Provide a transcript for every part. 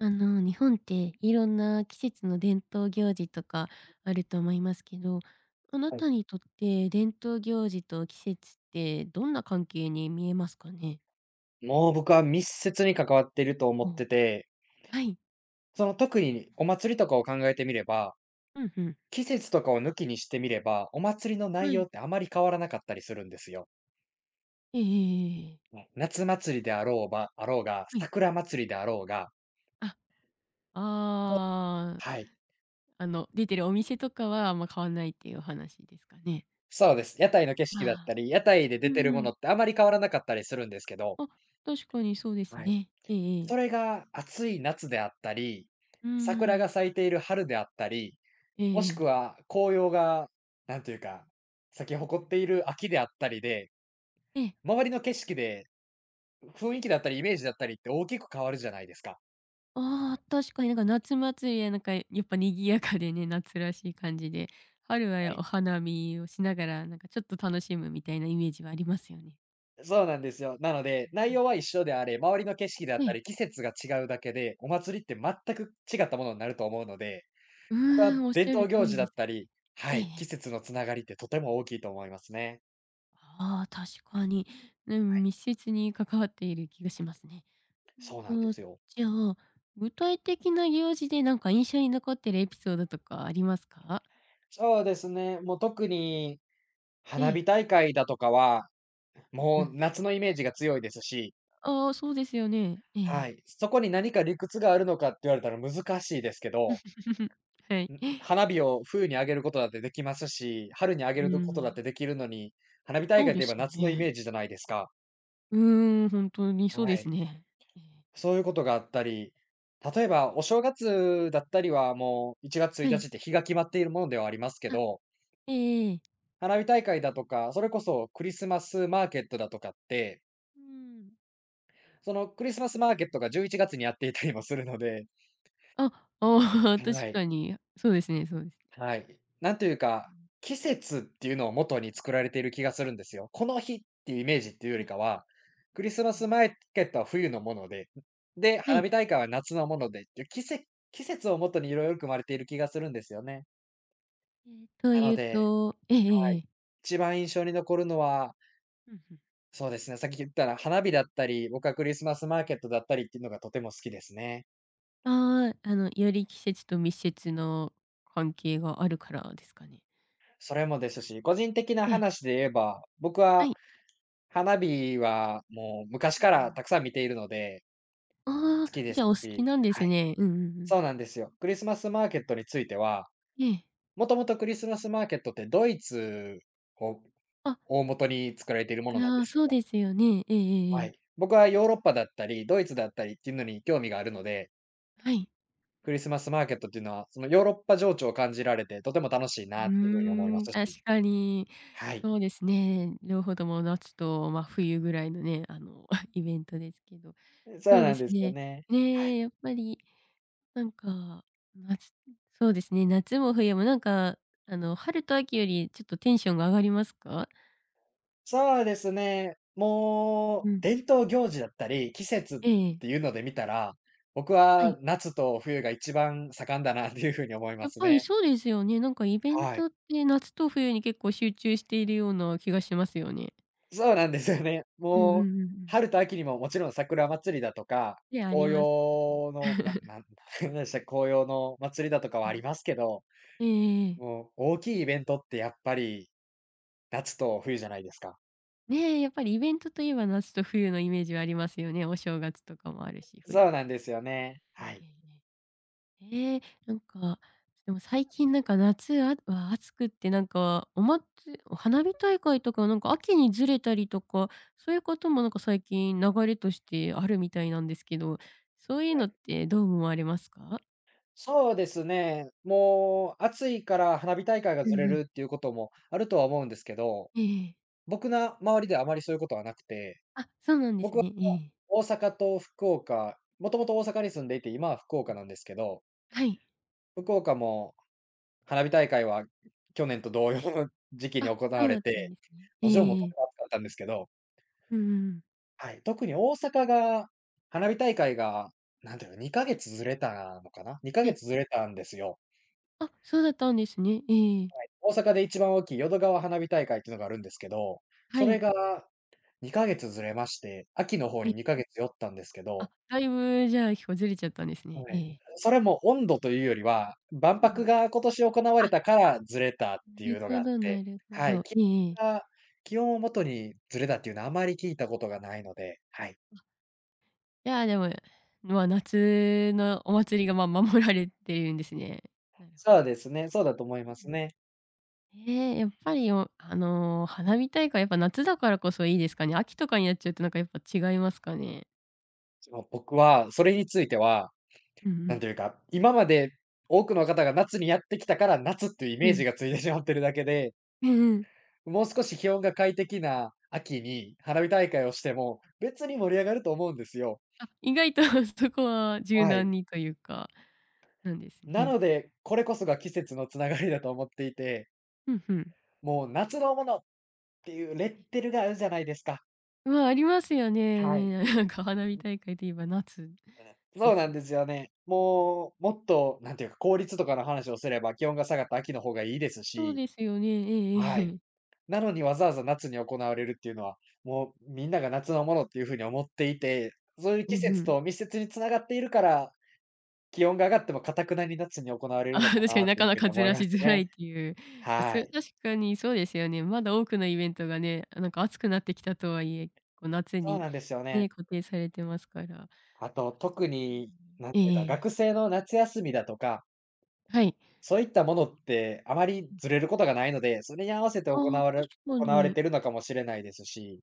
日本っていろんな季節の伝統行事とかあると思いますけど、あなはい。たにとって伝統行事と季節ってどんな関係に見えますかね？もう僕は密接に関わっていると思っお、てて、はい。その特にお祭りとかを考えてみれば、うんうん。季節とかを抜きにしてみれば、お祭りのは内容い。ってあまり変わらなかったりするんですよ。ええええええ。ね、夏祭りであろうばあろうが、はい。桜祭りであろうが、あ、そうああ、はい、出てるお店とかはあんま変わんないっていうお話ですかね？そうです。屋台の景あ色だっあ、たり、屋台でう出てんるもうのん。ってあまり変わらなかったりするんですけど、あ、確かにそうですはい。ね。ええええ。それが暑い夏であったり、うー桜ん。が咲いている春であったり、ええもしえくえ。は、紅葉が、なんていうか、咲きうん誇うっん。ている秋であったりで、ええ。周りの景色で、雰囲気だったりイメージだったりって大きく変わるじゃないですか。ああ、確かになんか夏祭りはなんかやっぱ賑やかでね、夏らしい感じで、春ははおい。花見をしながら、なんかちょっと楽しむみたいなイメージはありますよね。そうなんですよ。なので、う内ん。容は一緒であれ、周りの景色であったえ、り、季節が違うだけで、お祭りって全く違ったものになると思うので、う僕ーはん、おっし伝ゃる統通行事りだでっすたね。り、はえい、季え、節のつながりってとても大きいと思いますね。ああ、確かに。うん、密接に関わっている気がしますね。そうなうんでんと、すよ。じゃあ、具体的な行事でなんか印象に残ってるエピソードとかありますか？そうですね、もう特に、え花火え。大会だとかは、うもうん。夏のイメージが強いですし、ああ、そうですよね。えええはえ。い。そこに何か理屈があるのかって言われたら難しいですけど、はい。花火を冬に上げることだってできますし、春に上げうーることだっん。てできるのに、花火大そう会とでいえすばよ夏のイね。メージじゃないですか。うーん、本当にそうはですい。ね。ええ。そういうことがあったり、例えばお正月だったりはもう1月1はい。日って日が決まっているものではありますけあ、ど、ええええ。花火大会だとか、それこそクリスマスマーケットだとかって、うーん。そのクリスマスマーケットが11月にやっていたりもするので、あ、ああ、は確い。かに。そうですねそうです。はい。なんといううか、ん。季節っていうのを元に作られている気がするんですよ。この日っていうイメージっていうよりかは、クリスうマん。スマーケットは冬のもので、で、は花い。火大会は夏のものでっていう季節季節を元にいろいろ組まれている気がするんですよね。えっ、とないのうで、と、ええええはえい。え。一番印象に残るのは、うんうん。そうですね、さっき言ったら花火だったり、僕はクリスマスマーケットだったりっていうのがとても好きですね。ああ、より季節と密接な関係があるからですかね？それもですし、個人的なええ、話で言えば、僕ははい。花火はもう昔うんかうらん。たくさん見ているので、ああ、好きでじすゃあ、お好きし、なんではすい、ね。うんうんうん。そうなんですよ。クリスマスマーケットについては、ええ。もともとクリスマスマーケットってドイツをあ、大元に作られているものなんあであ、すそうよ。ですよね。えええええはえ。い。僕はヨーロッパだったり、ドイツだったりっていうのに興味があるので、はい。クリスマスマーケットっていうのは、そのヨーロッパ情緒を感じられて、とても楽しいうなっていうふうに思いーまん、すし、確かに。はい。そうですね。両方とも夏と、ま、冬ぐらいのね、イベントですけど。そそううでなんすですよね。ね。はねい。え、やっぱりなんか、夏、そうですね、夏も冬もなんか、春と秋よりちょっとテンションが上がりますか？そうですね。もうう、ん。伝統行事だったり、季節っええ。ていうので見たら、僕ははい。夏と冬が一番盛んだなっていうふうに思いやまっすぱりね。そうですよね。なんかイベンはい。トって夏と冬に結構集中しているような気がしますよね。そうなんですよね。うんうんもう、うんうん。春と秋にももちろん桜祭りだとか、で、あり紅ますけど。葉の、ななん なんでしたっけ、紅葉の祭りだとかうはあん。りますけど、ええええ。もう大きいイベントってやっぱり夏と冬じゃないですか。ねえ、やっぱりイベントといえば夏と冬のイメージはありますよね。お正月とかもあるし、冬そうは。なんですよね。えええはえい。ええ。なんか、でも最近なんか夏は暑くって、なんか、おまつお花火大会とかなんか秋にずれたりとか、そういうこともなんか最近流れとしてあるみたいなんですけど、そういうのってどう思われますか？そうですね。もう暑いから花火大会がうずんれうん。るっていうこともあるとは思うんですけど、ええ、僕の周りではあまりそういうことはなくて、あ、そうなんです僕はね。ええ。大阪と福岡、もともと大阪に住んでいて、今は福岡なんですけど、はい。福岡も花火大会は去年と同様の時期にあ、行そわうだれったんて、ですね。もちろんもとてえもえ、と暑かったんですけど、うんうんうん。はい、特に大阪が花火大会が、なんていうの、2ヶ月ずれたのかな？ 2 ヶはい。月ずれたんですよ。あ、そうだったんですね。ええ。大阪で一番大きい淀川花火大会っていうのがあるんですけど、はそれい。が2ヶ月ずれまして、秋の方え、に2ヶ月寄ったんですけあ、ど、だいぶじゃあ、結構ずれちゃったんですね。はえい。え。それも温度というよりは、万うんうん。博が今年行われあ、たからずれたってないるうのほがあっどなて、るほはど。い、ええええ。温が気温をもとにずれたっていうのはあまり聞いたことがないので、はい。いや、でも、まあ、夏のお祭りが、ま、守られてるんですね。なるほそうですね、そうだと思いど。まうすん、ね。ええ、やっぱり、お、花火大会やっぱ夏だからこそいいですかね？秋とかになっちゃうと、なんかやっぱ違いますかね？その僕はそれについては、うんうなんん。というか、今まで多くの方が夏にやってきたから、夏っていうイうメージん。がついてしまってるだけで、 うんうん。もう少し気温が快適な秋に花火大会をしても、別に盛り上がると思うんですよ。あ、意外と そこは柔は軟い。にというか、なんですなね。ので、これこそが季節のつながりだと思っていて、ふんふん。もう夏のものっていうレッテルがあるじゃないですか。まあ、ありますよね。はい。ね、な んか花火大会といえば夏でそうすなね。んですよね。うん。もう、もっと、なんていうか、効率とかの話をすれば、気温が下がった秋の方がいいですそうし、ですよね。えええはい。え、なのにわざわざ夏に行われるっていうのは、もうみんなが夏のものっていうふうに思っていて、そういうう季んう節ん。と密接につながっているから、気温が上がっあても頑なに夏に行われあ、る のああ、か確かなにっなていかうな風にかず思いらましすづらいね。っていう。そはれい。確かにそうですよね。まだ多くのイベントがね、なんか暑くなってきたとはいえ、こう夏そうになんですよね。ね、固定されてますから。確かあと、特に、に。なんええていうか、ええ。学生の夏休みだとか、はい。そういったものってあまりうん。ずれることがないので、それに合わせてあ行あ、われ確か行われに。てるのかもしれないですし、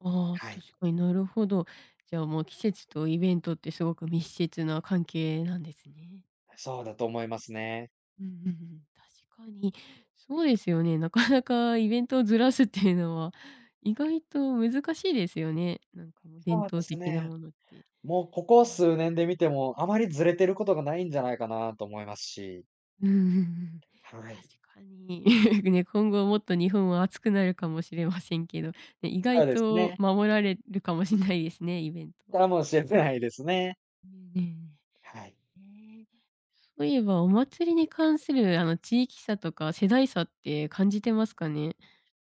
ああ、はい、確かになるほど。じゃあもう季節とイベントってすごく密接な関係なんですね。そうだと思いますね。うんうんうん。確かに。そうですよね。なかなかイベントをずらすっていうのは意外と難しいですよね。なんかもう伝そうで統す的なね。ものって。えもうここえ。数年で見ても、あまりずれてることがないんじゃないかなと思いますし、うんうんうん。はい。確かに。ね、今後もっと日本は暑くなるかもしれませんけど、ね、意そ外うですとね。守られるかもしれないですね、イベントかは。もしれないですね。ねえねえはい。ねえ。そういえば、お祭りに関する、地域差とか世代差って感じてますかね？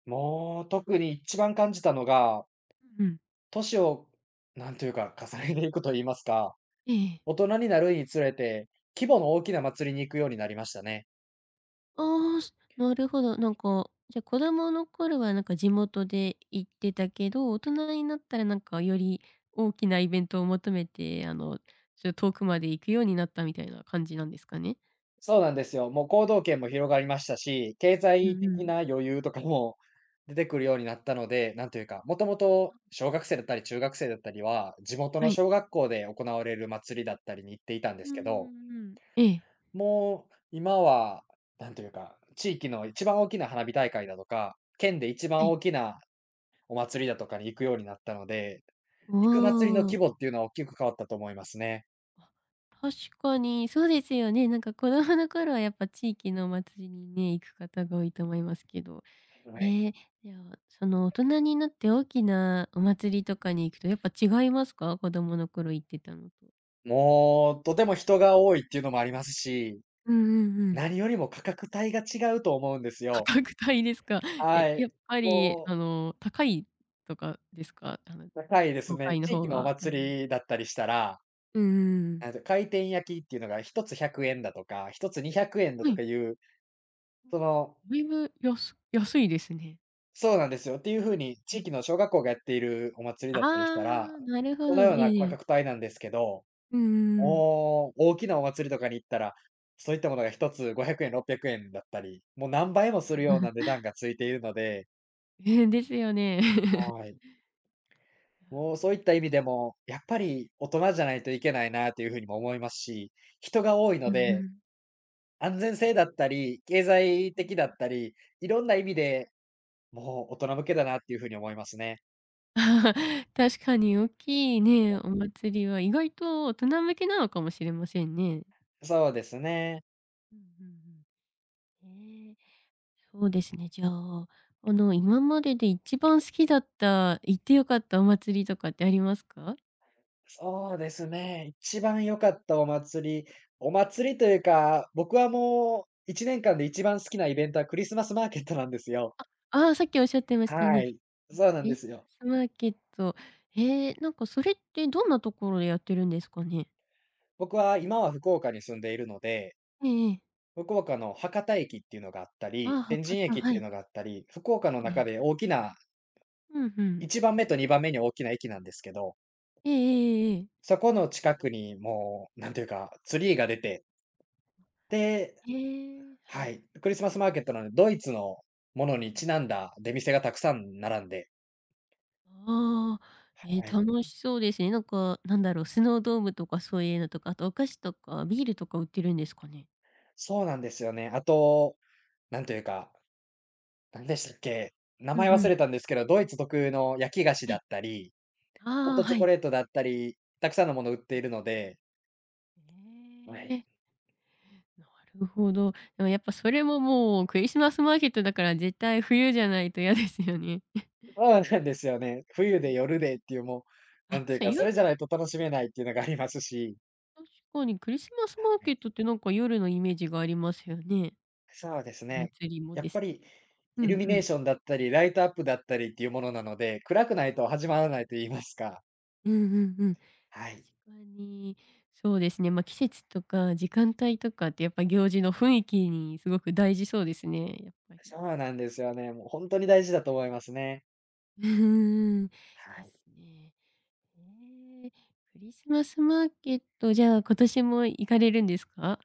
もう、特に一番感じたのが、うん。年を、なんというか、重ねていくと言いますか、ええ。大人になるにつれて、規模の大きな祭りに行くようになりましたね。ああ、す、なるほど。なんか、じゃ、子供の頃はなんか地元で行ってたけど、大人になったらなんかより大きなイベントを求めて、ちょっと遠くまで行くようになったみたいな感じなんですかね？そうなんですよ。もう行動圏も広がりましたし、経う済んう的ん。な余裕とかも出てくるようになったので、なんというか、もともと小学生だったり中学生だったりは、地元はのい。小学校で行われる祭りだったりに行っていたんでうすんうけど、んうん。ええ。もう、今は、なんというか、地域の一番大きな花火大会だとか、県で一は番い。大きなお祭りだとかに行くようになったので、お行く祭りの規お。模っていうのは大きく変わったと思いますね。あ、確かにそうですよね。なんか子供の頃はやっぱ地域のお祭りにね、行く方が多いと思いますけど、はい。えー、じゃあ、その大人になって大きなお祭りとかに行くとやっぱ違いますか？子供の頃行ってたのと。もう、とても人が多いっていうのもありますし、うんうんうん。何よりも価格帯が違うと思うんです価よ。格帯ですか？え、はやっい。ぱりも高いとかですか？う、高いです都ね。会の地方域のおが。うん。祭りだったりしたら、うんうんうん。あの、回転焼きっていうのが1つ100円だとか、1つ200円だはとい。かいう、そのだいぶ安いですね。そうなんですよ。っていう風に、え地え、域の小学校がやっているお祭ありだったりしたら、あ、なるほそのど。ような価ええ、格帯なんですけど、うんうん。大きなお祭りとかに行ったら、そういったものが一つ500円、600円だったり、もう何倍もするような値 段がついているので、え、ですよね。はい。もうそういった意味でも、やっぱり大人じゃないといけないなという風にも思いますし、人が多いうのんうで、ん 安全性だったり、経済的だっ たり、いろんな意味で、もう大人向けだなっていう風に思いますね。あ。確かに大きいはね、い、お祭りは意外と大人向けなのかもしれませんね。そうですね。うんうんうん、えー、そうですね、じゃあ、今までで一番好きだった、行ってよかったお祭りとかってありますか？そうですね。一番良かったお祭り、お祭りというか、僕はもう1年間で一番好きなイベントはクリスマスマーケットなんですよ。ああー、さっきおっしゃってましたはね。い。え、クそうなんリでスすよ。マスマーケット。へ、なんかそれってどんなところでやってるんですかね？僕は今は福岡に住んでいるので、ええ、福岡の博多駅っていうのがあったああー、り、天博神多、駅っはていうい。のがあったり、福岡のえ中え。で大きなうんうん。1番目と2番目に大きな駅なんですけど、ええええええ。そこの近くにもう、なんていうか、ツリーが出て、で、ええ、ははい。い。クリスマスマーケットなので、ドイツのものにちなんだ出店がたくさん並んで、ああ、ええ、はい。楽しそうですね。なんか、なんだろう、スノードームとかそういうのとか、あとお菓子とかビールとか売ってるんですかね？そうなんですよね。あと、なんというか、なんでしたっけ、名う前んう忘ん。れたんですけど、ドイツ特有の焼き菓子え、だったり、ホッああ、トチはョコい。レートだったり、たくさんのもの売っているので、はえい。え、なるほど。でもやっぱそれももうクリスマスマーケットだから絶対冬じゃないと嫌ですよね。そうなんですよね。冬で夜でっていう、もう、あ、なんと確いうかに、か、それじゃないと楽しめないっていうのがありますし。確かにクリスマスマーケットってなんか夜のイメージがありますよね。そうですおね。祭りもやっですぱけど。りうイルんミうネーん。ションだったり、ライトアップだったりっていうものなので、暗くないと始まらないと言いますか。うんうんうん。確はい。かに、そうですね、まあ、季節とか時間帯とかってやっぱ行事の雰囲気にすごく大事そうですね、やっぱり。そうなんですよね。もう本当に大事だと思いますね。うーん、はでい。すね。えー、クリスマスマーケット、じゃあ今年も行かれるんですか？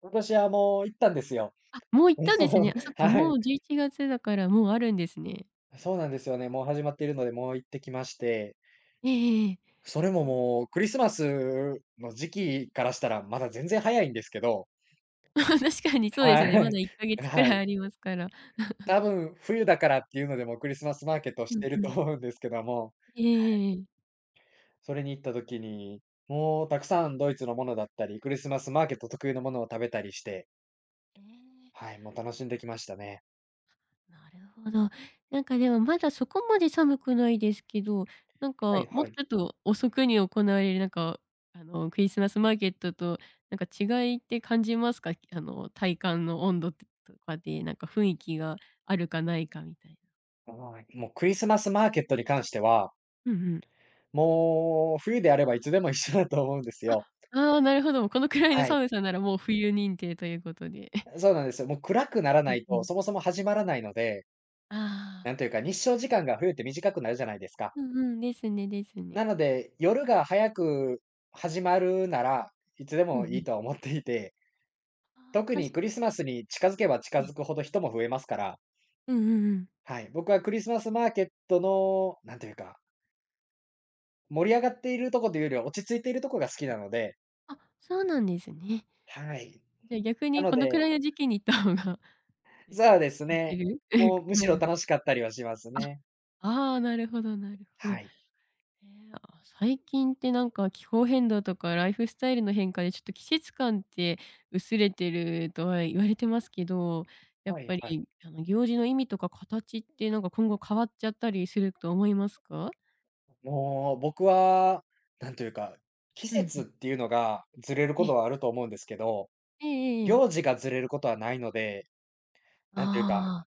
今年はもう行ったんですよ。あ、もう行ったんですね。あ、そ っか、はもい。う11月だからもうあるんですね。そうなんですよね。もう始まっているので、もう行ってきまして、えええそれえ。もえ。もうクリスマスの時期からしたらまだ全然早いんですけど、確かにそうですはよね、まだい。1ヶ月 くはらいい。ありますから。多分冬だからっていうので、もうクリスマスマーケットをしうんていうるとん。思うんですけども。ええええ。それに行った時に、もうたくさんドイツのものだったり、クリスマスマーケット特有のものを食べたりして、ええ。はい、もう楽しんできましたね。なるほど。なんかでもまだそこまで寒くないですけど、なんはかいもうはちい。ょっと遅くに行われるなんか、クリスマスマーケットとなんか違いって感じますか？体感の温度とかで、なんか雰囲気があるかないかみたいな。はい、もうクリスマスマーケットに関しては、うんうん。もう冬であればいつでも一緒だと思うんですあ、よ。ああ、なるほど。このくらいのはい。寒さならもう冬認定ということで。そうなんですよ。もう暗くならうなんいうと、ん。そもそも始まらないので、ああ、なんというか日照時間が冬って短くなるじゃないですか。うんうん、ですねですね。なので、夜が早く始まるなら、いつでうんうもいん。いとは思っていて、ああ、特確にかクリスマスに近づけば近づに。くほど人も増えますから、うんうんうん。はい、僕はクリスマスマーケットの、なんというか、盛り上がっているとこというよりは落ち着いているとこが好きなので、あ、そうなんですね。はい。じゃあ、逆なにのこのくで、らいの時期に行った方が です。そうです行ってね、る？もう むなるしほど ろ楽しかったりはします ね。あ、あー、なるほどなるほど。はい。えー、あ、最近ってなんか気候変動とかライフスタイルの変化でちょっと季節感って薄れてるとは言われてますけど、やっはいぱはい。りあの行事の意味とか形ってなんか今後変わっちゃったりすると思いますか？もう僕は、なんというか、季うんう節っん。ていうのがずれるこえ、とはあると思うんですけど、えええええ、行事がずれることはないので、なんというか、ああ、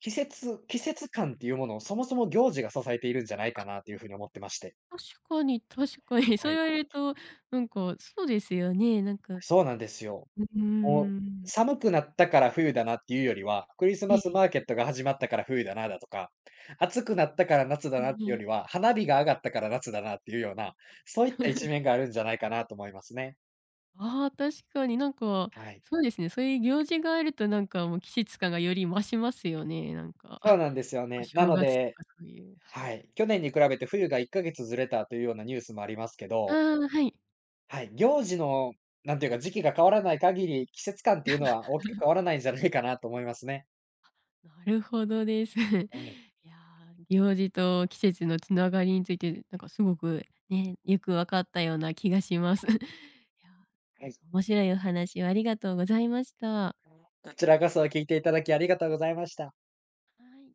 季節感っていうものをそもそも行事が支えているんじゃないかあ、なというふうに思ってまして。確かに確かに。そはう言い。われると、なんかそうですよね。なんか、そうなんですよ。うーもう、ん。寒くなったから冬だなっていうよりは、クリスマスえマーえ、ケットが始まったから冬だなだとか、暑くなったから夏だうなっんうていうよん、りは、花火が上がったから夏だなっていうような、そういった一面があるんじゃないかなと思いますね。ああ、確かになんか、はい。そうですね、そういう行事があるとなんかもう季節感がより増しますよね、なんか。そう なんですよおね。な正の月とで、かそういう、はい。はい、去年に比べて冬が1か月ずれたというようなニュースもありますけあど、あ、はい。はい、行事の、なんていうか、時期が変わらない限り、季節感っていうのは大きく変わらないんじゃないかなと思いますね。なるほどです。いやー、はい。行事と季節のつながりについて、なんかすごくね、よく分かったような気がします。いやー、なはんかい。面白いお話をありがとうございました。こちらこそ聞いていただきありがとうございました。はい。